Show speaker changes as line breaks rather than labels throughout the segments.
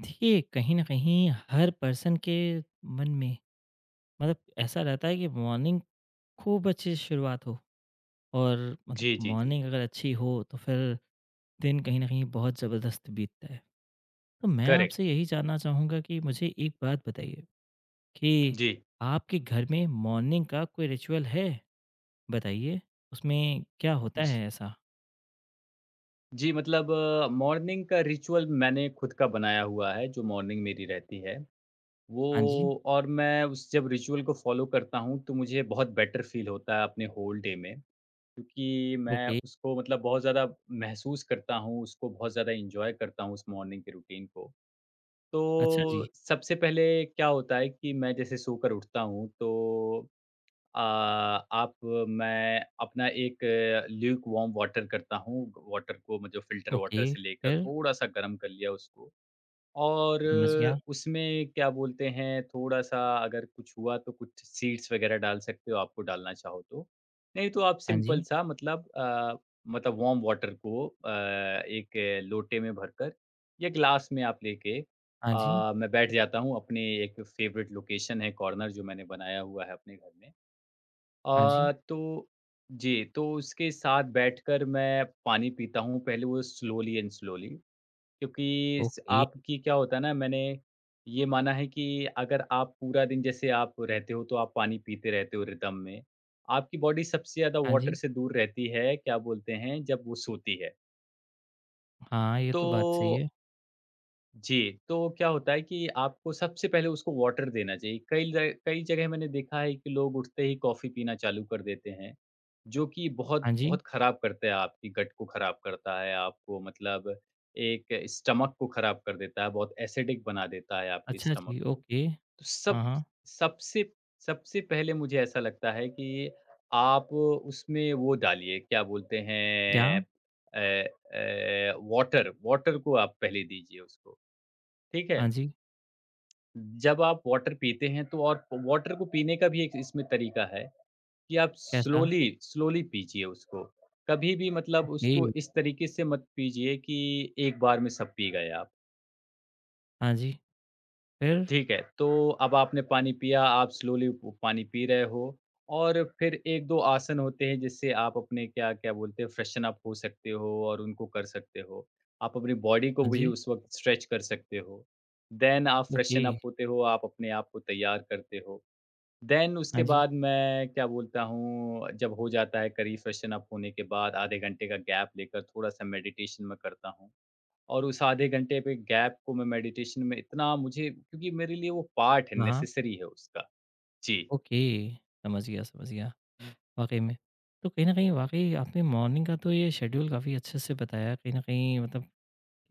देखिए, कहीं न कहीं हर पर्सन के मन में मतलब ऐसा रहता है कि मॉर्निंग खूब अच्छी शुरुआत हो और
जी, जी, जी।
मॉर्निंग अगर अच्छी हो तो फिर दिन कहीं न कहीं बहुत ज़बरदस्त बीतता है। तो मैं आपसे
करेक्ट।
यही जानना चाहूँगा कि मुझे एक बात बताइए कि
जी।
आपके घर में मॉर्निंग का कोई रिचुअल है? बताइए, उसमें क्या होता
ज
है ऐसा?
जी, मतलब मॉर्निंग का रिचुअल मैंने खुद का बनाया हुआ है, जो मॉर्निंग मेरी रहती है। वो
हाँ जी,
और मैं उस जब रिचुअल को फ़ॉलो करता हूँ, तो मुझे बहुत बेटर फ़ील होता है अपने होल डे में, क्योंकि मैं
ओके,
उसको मतलब बहुत ज़्यादा महसूस करता हूँ, उसको बहुत ज़्यादा एन्जॉय करता हूँ उस मॉर्निंग के रूटीन को।
अच्छा जी,
तो सबसे पहले क्या होता है कि मैं जैसे सोकर उठता हूँ, तो अ, आप मैं अपना एक ल्यूक वार्म वाटर करता हूँ, वाटर को मैं जो फ़िल्टर
ओके,
वाटर से लेकर
फिर?
थोड़ा-सा गर्म कर लिया उसको। और
समझ गया।
उसमें क्या बोलते हैं, थोड़ा-सा अगर कुछ हुआ तो कुछ सीड्स वग़ैरह डाल सकते हो, आपको डालना चाहो तो। नहीं तो आप
हाँ जी,
सिंपल-सा मतलब मतलब वार्म वाटर को एक लोटे में भरकर या ग्लास में आप लेके,
हाँ जी,
मैं बैठ जाता हूँ। अपने एक फ़ेवरेट लोकेशन है कॉर्नर जो मैंने बनाया हुआ है अपने घर में।
हाँ जी,
अ, तो जी, तो उसके साथ बैठकर मैं पानी पीता हूँ, पहले वो स्लोली एंड स्लोली, क्योंकि स
ओके,
आपकी क्या होता है ना, मैंने ये माना है कि अगर आप पूरा दिन जैसे आप रहते हो, तो आप पानी पीते रहते हो रिदम में, आपकी बॉडी सबसे ज़्यादा
हाँ
वाटर
जी।
से दूर रहती है, क्या बोलते हैं, जब वो सोती है।
हाँ, ये तो बात सही है।
तो जी, तो क्या होता है कि आपको सबसे पहले उसको वाटर देना चाहिए। कई जगह मैंने देखा है कि लोग उठते ही कॉफ़ी पीना चालू कर देते हैं, जो कि बहुत
हाँ जी।
बहुत ख़राब करता है, आपकी गट को ख़राब करता है, आपको मतलब एक स्टमक को ख़राब कर देता है, बहुत एसिडिक बना देता है आपके
अच्छा
स्टमक
जी,
को।
ओके।
तो
हाँ,
सब
हाँ।
सबसे सबसे पहले मुझे ऐसा लगता है कि आप उसमें वो डालिए, क्या बोलते
क्या?
हैं, अ वाटर वाटर को आप पहले दीजिए उसको। ठीक है?
हाँ जी,
जब आप वाटर पीते हैं, तो और वाटर को पीने का भी एक इसमें तरीका है कि आप
कैसा?
स्लोली, स्लोली पीजिए उसको। कभी भी मतलब
ओके।
उसको इस तरीके से मत पीजिए कि एक बार में सब पी गए आप।
हाँ जी, फिर?
ठीक है, तो अब आपने पानी पिया, आप स्लोली प पानी पी रहे हो, और फिर 1-2 आसन होते हैं जिससे आप अपने क्या, क्या बोलते हैं फ्रेशन अप हो सकते हो और उनको कर सकते हो। आप अपनी बॉडी को
हाँ
भी
जी,
उस वक़्त स्ट्रेच कर सकते हो। देन आप
ओके।
फ्रेशन अप होते हो, आप अपने आप को तैयार करते हो। देन
हाँ
उसके
जी,
बाद मैं क्या बोलता हूँ, जब हो जाता है करीब फ्रेशन अप होने के बाद आधे घंटे का गैप लेकर थोड़ा-सा मेडिटेशन मैं करता हूँ। और उस आधे घंटे पे गैप को मैं मेडिटेशन में इतना, मुझे क्योंकि मेरे लिए वो पार्ट है,
हाँ, हाँ,
नेसेसरी है उसका। जी,
ओके। समझ गया, समझ गया। वाक़ई में। तो कहीं न कहीं वाक़ई आपने मॉर्निंग का तो ये शेड्यूल काफ़ी अच्छे से बताया कहीं न कहीं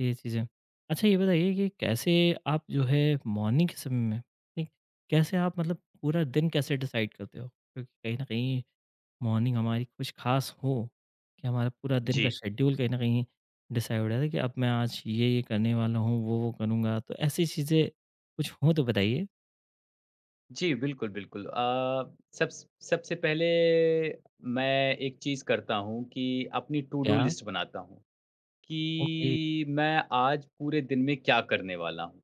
ये चीज़ें। अच्छा ये बताइए कि कैसे आप जो है मॉर्निंग के समय में, ठीक, कैसे आप पूरा दिन कैसे डिसाइड करते हो? क्योंकि कहीं न कहीं मॉर्निंग हमारी कुछ ख़ास हो कि हमारा पूरा दिन
जी।
का शेड्यूल कहीं न कहीं डिसाइड है कि अब मैं आज ये-ये करने वाला हूँ, वो-वो करूँगा। तो ऐसी चीज़ें कुछ हो तो बताइए?
जी, बिल्कुल, बिल्कुल। सबसे पहले मैं एक चीज़ करता हूँ कि अपनी टू डू
क्या?
लिस्ट बनाता हूँ,
ओके,
कि मैं आज पूरे दिन में क्या करने वाला हूँ।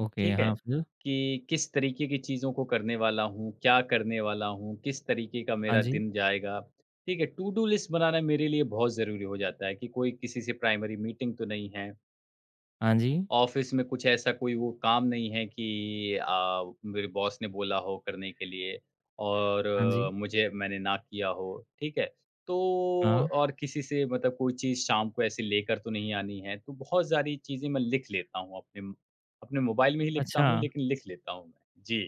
ओके।
ठीक है,
हाँ, फिर?
कि किस तरीके की चीज़ों को करने वाला हूँ, क्या करने वाला हूँ, किस तरीके का
हाँ
मेरा
जी,
दिन जाएगा। ठीक है, टू डू लिस्ट बनाना मेरे लिए बहुत ज़रूरी हो जाता है कि कोई किसी से प्राइमरी मीटिंग तो नहीं है,
हाँ जी,
ऑफ़िस में कुछ ऐसा कोई वो काम नहीं है कि मेरे बॉस ने बोला हो करने के लिए और
हाँ जी,
मुझे मैंने ना किया हो, ठीक है? तो
हाँ।
और किसी से मतलब कोई चीज़ शाम को ऐसे लेकर तो नहीं आनी है, तो बहुत सारी चीज़ें मैं लिख लेता हूँ अपने म अपने मोबाइल में ही लिखता
अच्छा,
हूँ, लेकिन लिख लेता हूँ मैं। जी।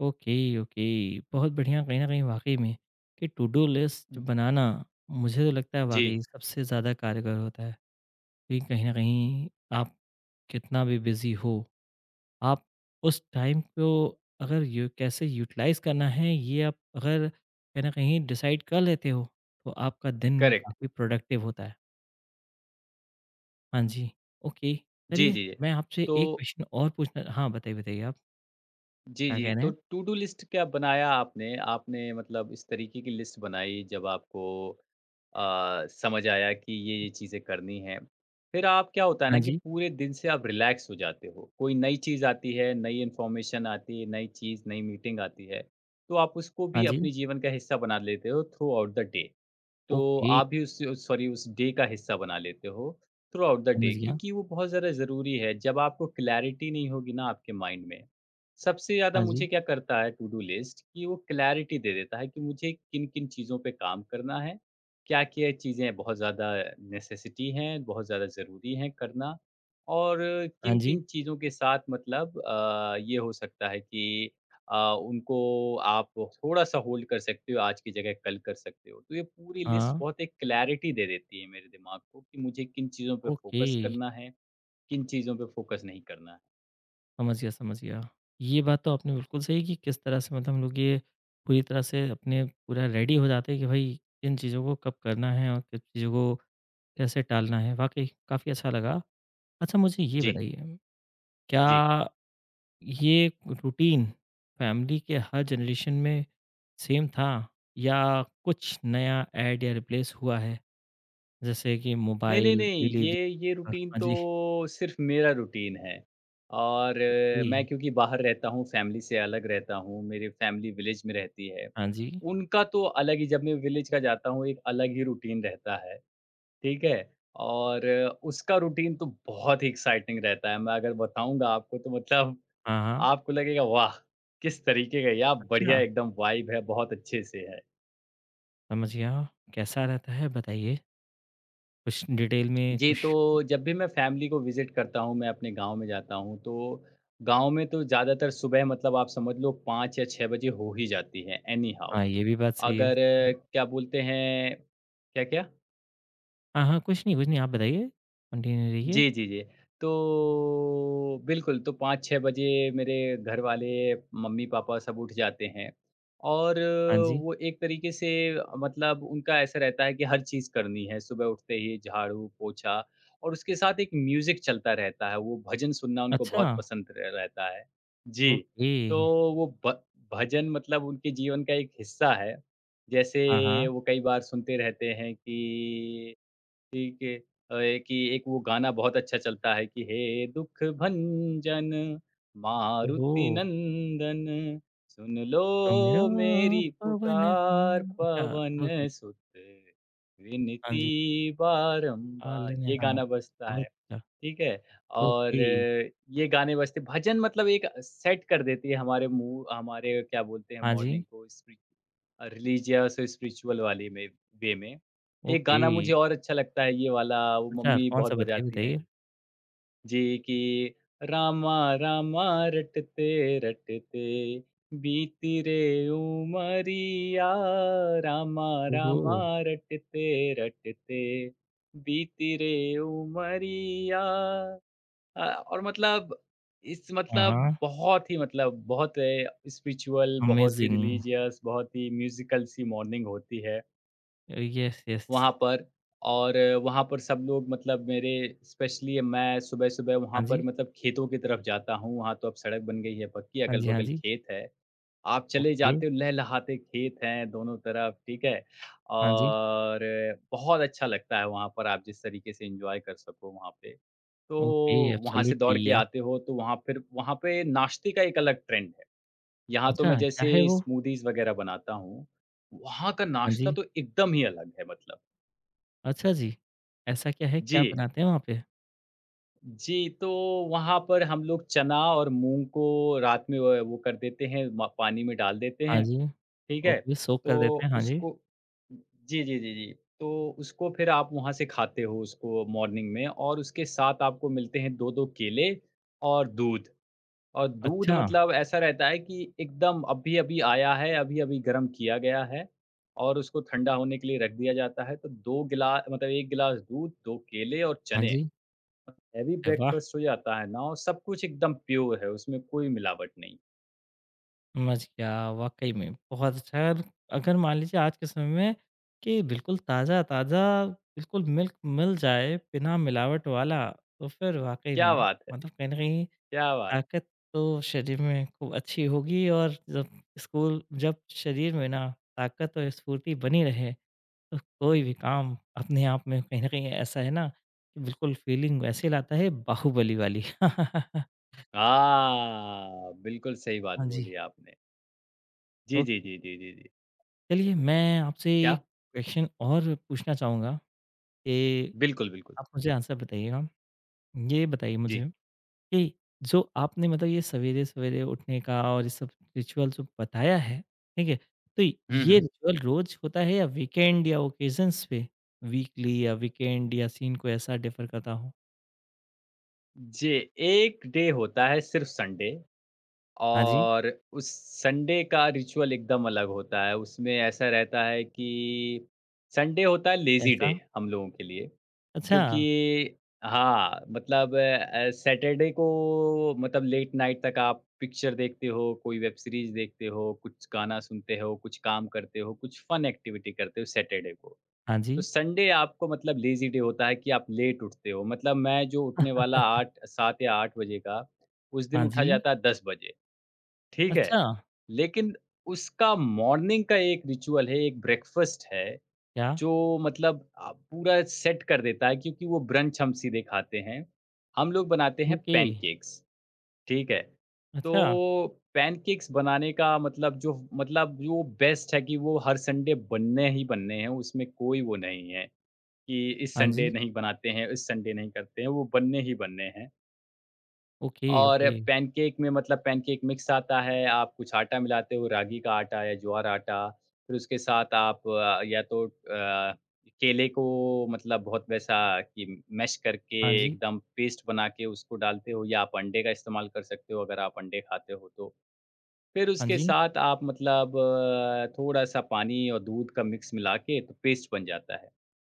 Okay, okay. बहुत बढ़िया कहीं न कहीं वाक़ई में कि टू डू लिस्ट बनाना मुझे तो लगता है
जी,
वाक़ई सबसे ज़्यादा कारगर होता है। क्योंकि कहीं न कहीं आप कितना भी बिज़ी हो आप उस टाइम को अगर यू कैसे यूटिलाइज़ करना है ये आप अगर कहीं न कहीं डिसाइड कर लेते हो, तो आपका दिन हाँ।
करेक्ट।
काफ़ी प्रोडक्टिव होता है। हाँ जी, ओके।
जी,
चलिए
जी।
मैं आपसे
तो
एक क्वेश्चन और पूछना हाँ, बताइए, बताइए आप
जी,
क्या
जी।
कह रहे
तो
हैं?
टू डू लिस्ट क्या बनाया आपने? आपने मतलब इस तरीके की लिस्ट बनाई जब आपको समझ आया कि ये चीज़ें करनी हैं। फिर आप क्या होता है
हाँ
ना कि
जी,
पूरे दिन से आप रिलैक्स हो जाते हो। कोई नई चीज़ आती है, नई इन्फॉर्मेशन आती है, नई चीज़, नई मीटिंग आती है, तो आप उसको
हाँ
भी
जी,
अपने जीवन का हिस्सा बना लेते हो थ्रू आउट द डे। तो
ओके
आप भी उस डे का हिस्सा बना लेते हो थ्रू आउट द डे,
समझ गया।
क्योंकि वो बहुत ज़्यादा ज़रूरी है। जब आपको क्लैरिटी नहीं होगी ना आपके माइंड में, सबसे ज़्यादा
हाँ जी,
मुझे क्या करता है टू डू लिस्ट कि वो क्लैरिटी दे देता है कि मुझे किन-किन चीज़ों पे काम करना है, क्या-क्या चीज़ें बहुत ज़्यादा नेसेसिटी हैं, बहुत ज़्यादा ज़रूरी हैं करना, और
हाँ जी,
किन-किन चीज़ों के साथ मतलब ये हो सकता है कि अ, उनको आप थोड़ा-सा होल्ड कर सकते हो, आज की जगह कल कर सकते हो। तो ये पूरी लिस्ट
हाँ,
बहुत एक क्लैरिटी दे देती है मेरे दिमाग को कि मुझे किन चीज़ों पे
ओके
फ़ोकस करना है, किन चीज़ों पे फ़ोकस नहीं करना है।
समझ गया, समझ गया। ये बात तो आपने बिल्कुल सही कि किस तरह से हम लोग ये पूरी तरह से अपने पूरा रेडी हो जाते हैं कि भाई किन चीज़ों को कब करना है और किन चीज़ों को कैसे टालना है? वाक़ई काफ़ी अच्छा लगा। अच्छा मुझे ये
जी,
बताइए, क्या
जी।
ये रूटीन फैमिली के हर जनरेशन में सेम था या कुछ नया ऐड या रिप्लेस हुआ है? जैसे कि
नहीं, नहीं,
मोबाइल,
नहीं,
डिलीवरी
ये रूटीन
हाँ
तो
जी,
सिर्फ़ मेरा रूटीन है, और
ओके।
मैं क्योंकि बाहर रहता हूँ, फैमिली से अलग रहता हूँ, मेरी फैमिली विलेज में रहती है।
हाँ जी,
उनका तो अलग ही, जब मैं विलेज का जाता हूँ, एक अलग ही रूटीन रहता है। ठीक है? और उसका रूटीन तो बहुत ही एक्साइटिंग रहता है। मैं अगर बताऊँगा आपको तो मतलब
हाँ, हाँ।
आपको लगेगा वाह! किस तरीके का यार
अच्छा,
बढ़िया एकदम वाइब है, बहुत अच्छे से है।
समझ गया। कैसा रहता है बताइए? कुछ डिटेल में
जी,
कुछ
तो जब भी मैं फैमिली को विज़िट करता हूँ, मैं अपने गाँव में जाता हूँ, तो गाँव में तो ज़्यादातर सुबह मतलब आप समझ लो 5 या 6 बजे हो ही जाती है एनी हाउ।
हाँ, ये भी बात सही है।
अगर
हुँ,
क्या बोलते हैं क्या-क्या?
हाँ, हाँ, कुछ नहीं आप बताइए, कंटिन्यू रहिए।
जी, जी, जी। तो बिल्कुल, तो 5-6 बजे मेरे घर वाले, मम्मी-पापा सब उठ जाते हैं, और
हाँ जी।
वो एक तरीके से मतलब उनका ऐसा रहता है कि हर चीज़ करनी है, सुबह उठते ही झाड़ू, पोछा, और उसके साथ एक म्यूज़िक चलता रहता है, वो भजन सुनना उनको
अच्छा,
बहुत पसंद र रहता है। जी,
ओके।
तो वो भ भजन मतलब उनके जीवन का एक हिस्सा है। जैसे
हाँ, हाँ।
वो कई बार सुनते रहते हैं कि ठीक है। एक ये, एक वो गाना बहुत अच्छा चलता है कि हे दुःख भंजन
ओहो!
मारुति नंदन सुन लो
तो मेरा
मेरी
पवन
पुकार
का अच्छा
पवन
ओके,
सुत
हाँ जी।
विनती बारंबार,
पालने
ये
हाथ
गाना बजता
बहुत
है।
अच्छा,
ठीक है?
ओके,
और ये गाने बजते भजन मतलब एक सेट कर देती है हमारे मूड, हमारे क्या बोलते हैं
हाँ जी,
मॉर्निंग को रिलीजियस और स्पिरिचुअल वाली में वे में। एक
ओके।
गाना मुझे और अच्छा लगता है, ये वाला वो
अच्छा
मम्मी
कौन-सा
बहुत
बताइए,
बजाती हैं,
बताइए?
जी कि रामा रामा रटते रटते बीती रे उमरिया, रामा रामा
ओहो!
रटते रटते बीती रे उमरिया। और मतलब इस
हाँ,
मतलब
हाँ,
बहुत ही मतलब बहुत स्पिरिचुअल, बहुत ही
अमेज़िंग।
रिलीजियस, बहुत ही म्यूज़िकल सी मॉर्निंग होती है
यस, यस।
वहाँ पर। और वहाँ पर सब लोग मतलब मेरे स्पेशली मैं सुबह-सुबह वहाँ
हाँ
पर
जी,
मतलब खेतों की तरफ जाता हूँ, वहाँ तो अब सड़क बन गई है पक्की,
हाँ जी,
अगल-बगल खेत है। आप चले
ओके,
जाते हो, लहलहाते खेत हैं दोनों तरफ, ठीक है?
हाँ जी,
और बहुत अच्छा लगता है वहाँ पर, आप जिस तरीके से एन्जॉय कर सको वहाँ पे।
ओके,
तो वहाँ से
एब्सोल्यूटली
दौड़ के
या
आते हो तो वहाँ पे नाश्ते का एक अलग ट्रेंड है। यहाँ तो
अच्छा
मैं
क्या
जैसे
है वो?
स्मूदीज़ वग़ैरह बनाता हूँ, वहाँ का
हाँ
नाश्ता
जी,
तो एकदम ही अलग है मतलब।
अच्छा जी, ऐसा क्या है? क्या
जी।
बनाते हैं वहाँ पे?
जी, तो वहाँ पर हम लोग चना और मूँग को रात में व वो कर देते हैं, म पानी में डाल देते
हाँ
हैं।
जी,
ठीक है?
ओके, सोक कर
तो
देते हैं, हाँ जी,
उसको जी, जी, जी, जी। तो उसको फिर आप वहाँ से खाते हो उसको मॉर्निंग में, और उसके साथ आपको मिलते हैं 2-2 केले और दूध। और दूध
अच्छा,
मतलब ऐसा रहता है कि एकदम अभी-अभी आया है, अभी-अभी गर्म किया गया है और उसको ठंडा होने के लिए रख दिया जाता है। तो 2 गिला मतलब 1 गिलास दूध, 2 केले और
हाँ
चने,
जी,
हैवी
अरे वाह!
ब्रेकफ़ास्ट हो जाता है ना, और सब कुछ एकदम प्योर है, उसमें कोई मिलावट नहीं।
समझ गया, वाक़ई में बहुत अच्छा है और अगर मान लीजिए आज के समय में कि बिल्कुल ताज़ा-ताज़ा बिल्कुल मिल्क मिल जाए, बिना मिलावट वाला, तो फिर वाक़ई में
क्या बात है!
कहीं न कहीं
क्या बात!
ताकत तो शरीर में खूब अच्छी होगी और जब स्कूल जब शरीर में ना ताकत और स्फूर्ति बनी रहे, तो कोई भी काम अपने आप में कहीं न कहीं ऐसा है ना कि बिल्कुल फ़ीलिंग वैसे लाता है बाहुबली वाली।
हाँ, बिल्कुल सही बात
हाँ जी।
बोली आपने। जी, जी,
ओके।
जी, जी, जी, जी।
चलिए, मैं आपसे
क्या?
एक क्वेश्चन और पूछना चाहूँगा कि
बिल्कुल, बिल्कुल।
आप मुझे आंसर बताइएगा। ये बताइए मुझे
जी।
कि जो आपने ये सवेरे-सवेरे उठने का और ये सब रिचुअल जो बताया है, ठीक है? तो
हुँ,
ये
हुँ।
रिचुअल रोज़ होता है या वीकेंड या ओकेज़न्स पे? वीकली या वीकेंड या सीन को ऐसा डिफ़र करता हो?
जी, एक डे होता है सिर्फ़ संडे,
हाँ जी,
और उस संडे का रिचुअल एकदम अलग होता है। उसमें ऐसा रहता है कि संडे होता है लेज़ी
कैसा?
डे हम लोगों के लिए।
अच्छा,
क्योंकि हाँ, मतलब सैटरडे को मतलब लेट नाइट तक आप पिक्चर देखते हो, कोई वेब सीरीज़ देखते हो, कुछ गाना सुनते हो, कुछ काम करते हो, कुछ फन एक्टिविटी करते हो सैटरडे को।
हाँ
तो
जी,
संडे आपको मतलब लेज़ी डे होता है कि आप लेट उठते हो, मतलब मैं जो उठने वाला 8 7 या 8 बजे का, उस दिन
हाँ
उठा
जी,
जाता है 10 बजे, ठीक है?
अच्छा,
लेकिन उसका मॉर्निंग का एक रिचुअल है, एक ब्रेकफ़ास्ट है
क्या?
जो मतलब पूरा सेट कर देता है, क्योंकि वो ब्रंच हम सीधे खाते हैं। हम लोग बनाते हैं
ओके,
पैनकेक्स, ठीक है? तो
अच्छा,
पैनकेक्स बनाने का जो बेस्ट है कि वो हर संडे बनने ही बनने हैं, उसमें कोई वो नहीं है कि इस
हाँ जी,
संडे नहीं बनाते हैं, इस संडे नहीं करते हैं, वो बनने ही बनने हैं।
ओके,
और
ओके,
पैनकेक में मतलब पैनकेक मिक्स आता है, आप कुछ आटा मिलाते हो, रागी का आटा या ज्वार आटा, फिर उसके साथ आप केले को मतलब बहुत वैसा कि मैश करके
हाँ जी,
एकदम पेस्ट बना के उसको डालते हो, या आप अंडे का इस्तेमाल कर सकते हो अगर आप अंडे खाते हो तो। फिर
हाँ
उसके
जी।
साथ आप मतलब थोड़ा-सा पानी और दूध का मिक्स मिला के तो पेस्ट बन जाता है।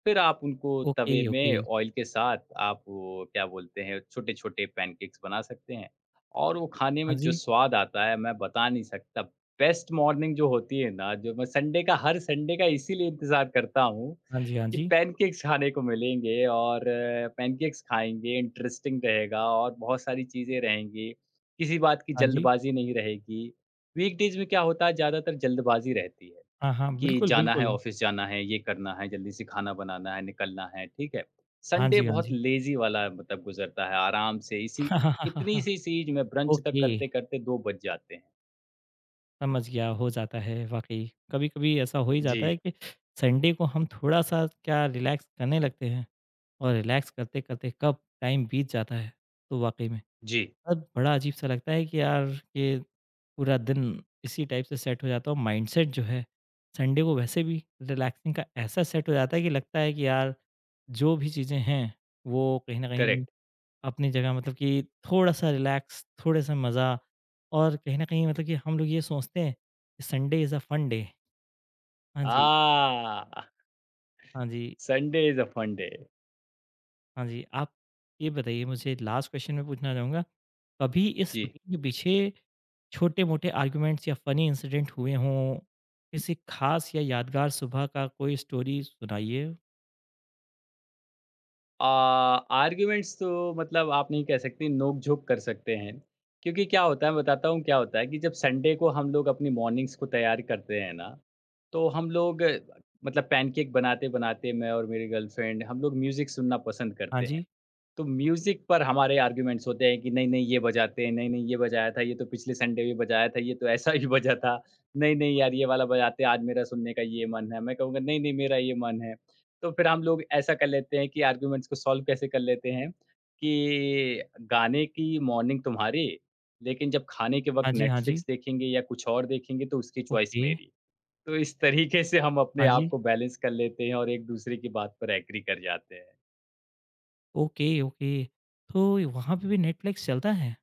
फिर आप उनको
ओके,
तवे
ओके।
में ऑयल के साथ आप वो क्या बोलते हैं छोटे-छोटे पैनकेक्स बना सकते हैं, और वो खाने
हाँ
में जो
जी।
स्वाद आता है मैं बता नहीं सकता। बेस्ट मॉर्निंग जो होती है ना, जो मैं संडे का हर संडे का इसीलिए इंतज़ार करता हूँ
हाँ जी, हाँ
कि
जी।
पैनकेक्स खाने को मिलेंगे, और पैनकेक्स खाएँगे, इंटरेस्टिंग रहेगा और बहुत सारी चीज़ें रहेंगी। किसी बात की
हाँ जी।
जल्दबाज़ी नहीं रहेगी। वीकडेज़ में क्या होता है ज़्यादातर जल्दबाज़ी रहती है।
हाँ, हाँ।
कि
बिल्कुल,
जाना है,
बिल्कुल।
ऑफ़िस जाना है, ये करना है, जल्दी से खाना बनाना है, निकलना है, ठीक है?
हाँ
संडे
जी, हाँ
बहुत
जी।
लेज़ी वाला मतलब गुज़रता है, आराम से इसी इतनी सी चीज़ में ब्रंच तक
ओके,
करते-करते 2 बज जाते हैं।
समझ गया, हो जाता है वाक़ई। कभी-कभी ऐसा हो ही जाता है
जी,
कि संडे को हम थोड़ा-सा क्या रिलैक्स करने लगते हैं और रिलैक्स करते-करते कब टाइम बीत जाता है। तो वाक़ई में
जी,
तब बड़ा अजीब-सा लगता है कि यार ये पूरा दिन इसी टाइप से सेट हो जाता हूँ। माइंडसेट जो है संडे को वैसे भी रिलैक्सिंग का ऐसा सेट हो जाता है कि लगता है कि यार जो भी चीज़ें हैं वो कहीं न कहीं
करेक्ट।
अपनी जगह कि थोड़ा-सा रिलैक्स, थोड़ा-सा मज़ा और कहीं न कहीं कि हम लोग ये सोचते हैं कि Sunday is a fun day. हाँ जी,
आ
हाँ जी,
Sunday is a fun day.
हाँ जी। आप ये बताइए मुझे लास्ट क्वेश्चन मैं पूछना चाहूँगा कभी इस
जी।
रूटीन के पीछे छोटे-मोटे आर्गुमेंट्स या फनी इंसिडेंट हुए हों? किसी खास या यादगार सुबह का कोई स्टोरी सुनाइए?
अ, आर्ग्यूमेंट्स तो मतलब आप नहीं कह सकते, नोक-झोंक कर सकते हैं। क्योंकि क्या होता है, मैं बताता हूँ क्या होता है कि जब संडे को हम लोग अपनी मॉर्निंग्स को तैयार करते हैं ना, तो हम लोग मतलब पैनकेक बनाते-बनाते मैं और मेरी गर्लफ्रेंड हम लोग म्यूज़िक सुनना पसंद
हाँ
करते हैं।
जी।
तो म्यूज़िक पर हमारे आर्ग्यूमेंट्स होते हैं कि नहीं-नहीं ये बजाते हैं, नहीं-नहीं ये बजाया था, ये तो पिछले संडे भी बजाया था, ये तो ऐसा ही बजा था। नहीं-नहीं यार ये वाला बजाते हैं, आज मेरा सुनने का ये मन है। मैं कहूँगा नहीं-नहीं मेरा ये मन है। तो फिर हम लोग ऐसा कर लेते हैं कि आर्ग्यूमेंट्स को सॉल्व कैसे कर लेते हैं कि गाने की मॉर्निंग तुम्हारी, लेकिन जब खाने के वक़्त
हाँ जी, हाँ जी।
नेटफ्लिक्स देखेंगे या कुछ और देखेंगे तो उसकी चॉइस
ओके।
मेरी। तो इस तरीके से हम अपने
हाँ
आप
जी।
को बैलेंस कर लेते हैं और एक-दूसरे की बात पर एग्री कर जाते हैं।
Okay, okay. तो वहाँ पे भी नेटफ्लिक्स चलता है?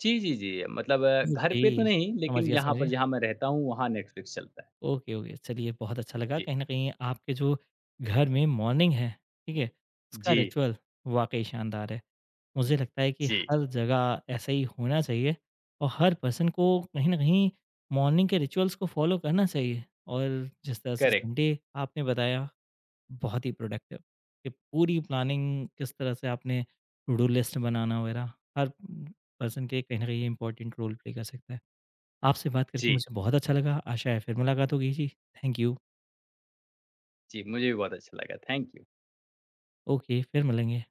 जी, जी, जी, मतलब घर
ओके।
पे तो नहीं,
समझ
लेकिन
गया,
यहाँ
समझ
पर
गया।
जहाँ मैं रहता हूँ वहाँ नेटफ्लिक्स चलता है।
Okay, okay. चलिए बहुत अच्छा लगा
जी,
कहीं न कहीं आपके जो घर में मॉर्निंग है, ठीक है? उसका
जी,
रिचुअल वाक़ई शानदार है। मुझे लगता है कि
जी,
हर जगह ऐसा ही होना चाहिए और हर पर्सन को कहीं न कहीं मॉर्निंग के रिचुअल्स को फ़ॉलो करना चाहिए और जिस तरह से
करेक्ट।
संडे आपने बताया बहुत ही प्रोडक्टिव कि पूरी प्लानिंग किस तरह से आपने टू डू लिस्ट बनाना वगैरह हर पर्सन के कहीं न कहीं इम्पोर्टेंट रोल प्ले कर सकता है। आपसे बात करके
जी,
मुझे बहुत अच्छा लगा। आशा है फिर मुलाकात होगी जी। Thank you.
जी, मुझे भी बहुत अच्छा लगा। Thank you.
ओके, फिर मिलेंगे।